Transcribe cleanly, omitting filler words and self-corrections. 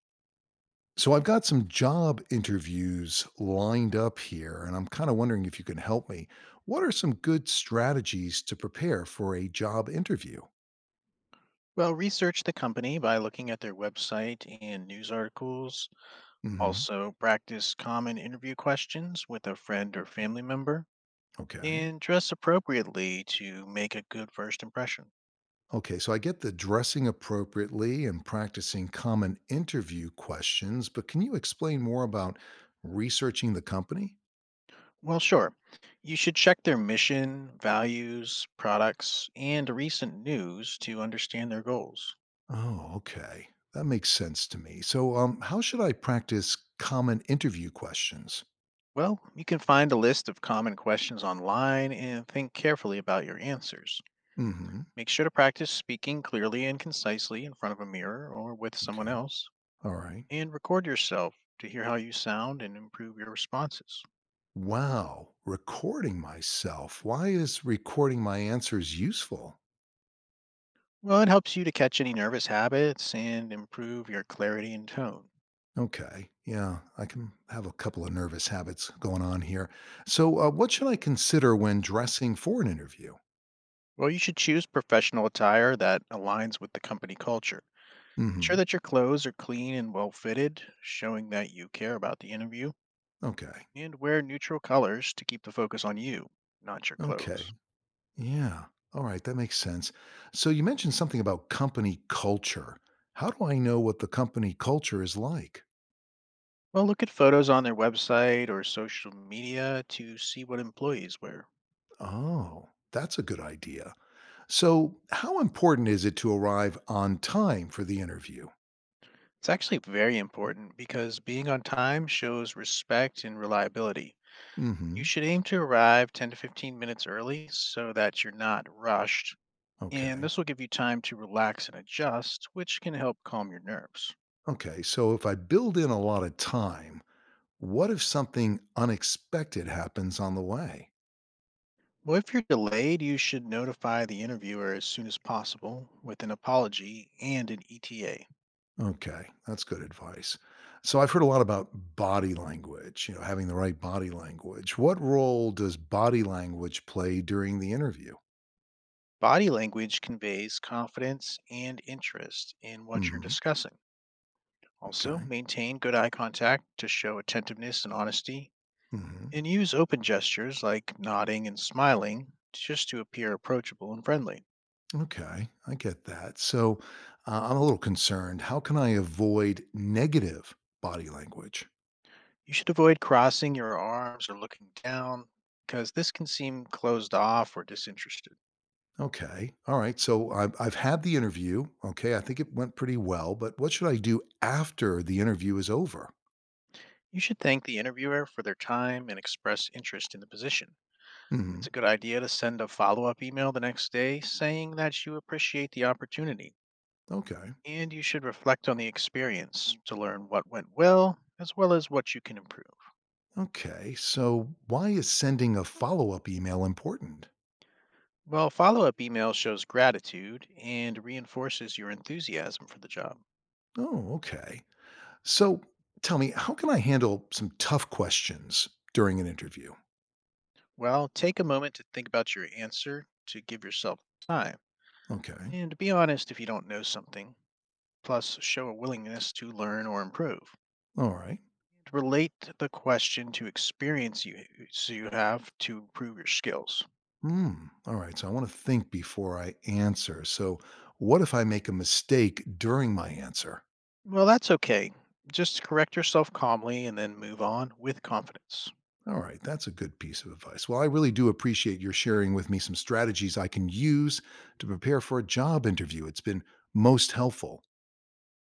So I've got some job interviews lined up here, and I'm kind of wondering if you can help me. What are some good strategies to prepare for a job interview? Well, research the company by looking at their website and news articles. Hmm. Also, practice common interview questions with a friend or family member Okay. and dress appropriately to make a good first impression. Okay. So I get the dressing appropriately and practicing common interview questions, but can you explain more about researching the company? Well, sure. You should check their mission, values, products, and recent news to understand their goals. Oh, okay. That makes sense to me. So how should I practice common interview questions? Well, you can find a list of common questions online and think carefully about your answers. Hmm. Make sure to practice speaking clearly and concisely in front of a mirror or with someone Okay. else, All right. and record yourself to hear how you sound and improve your responses. Wow, recording myself. Why is recording my answers useful? Well, it helps you to catch any nervous habits and improve your clarity and tone. Okay, yeah, I can have a couple of nervous habits going on here. So what should I consider when dressing for an interview? Well, you should choose professional attire that aligns with the company culture. Hmm. Ensure that your clothes are clean and well fitted, showing that you care about the interview, Okay, and wear neutral colors to keep the focus on you, not your okay, clothes. yeah, all right, that makes sense. So, you mentioned something about company culture. How do I know what the company culture is like? Well, look at photos on their website or social media to see what employees wear. Oh, that's a good idea. So, how important is it to arrive on time for the interview? It's actually very important because being on time shows respect and reliability. Mm-hmm. You should aim to arrive 10 to 15 minutes early so that you're not rushed, and Okay. this will give you time to relax and adjust, which can help calm your nerves. Okay. So if I build in a lot of time, what if something unexpected happens on the way? Well, if you're delayed, you should notify the interviewer as soon as possible with an apology and an ETA. Okay. That's good advice. So I've heard a lot about body language, having the right body language. What role does body language play during the interview? Body language conveys confidence and interest in what you're Hmm. discussing. Also, Okay. maintain good eye contact to show attentiveness and honesty, Hmm. and use open gestures like nodding and smiling just to appear approachable and friendly. Okay. I get that. So I'm a little concerned. How can I avoid negative body language? You should avoid crossing your arms or looking down because this can seem closed off or disinterested. Okay. All right. So I've had the interview. Okay. I think it went pretty well, but what should I do after the interview is over? You should thank the interviewer for their time and express interest in the position. It's a Hmm. good idea to send a follow up email the next day saying that you appreciate the opportunity, Okay. and you should reflect on the experience to learn what went well as what you can improve. Okay. So why is sending a follow up email important? Well, follow up email shows gratitude and reinforces your enthusiasm for the job. Oh, okay. So tell me, how can I handle some tough questions during an interview? Well, take a moment to think about your answer to give yourself time, Okay. and be honest if you don't know something. Plus, show a willingness to learn or improve. All right. Relate the question to experience you so you have to improve your skills. Hmm. All right. So I want to think before I answer. So what if I make a mistake during my answer? Well, that's okay. Just correct yourself calmly and then move on with confidence. All right, that's a good piece of advice. Well, I really do appreciate your sharing with me some strategies I can use to prepare for a job interview. It's been most helpful.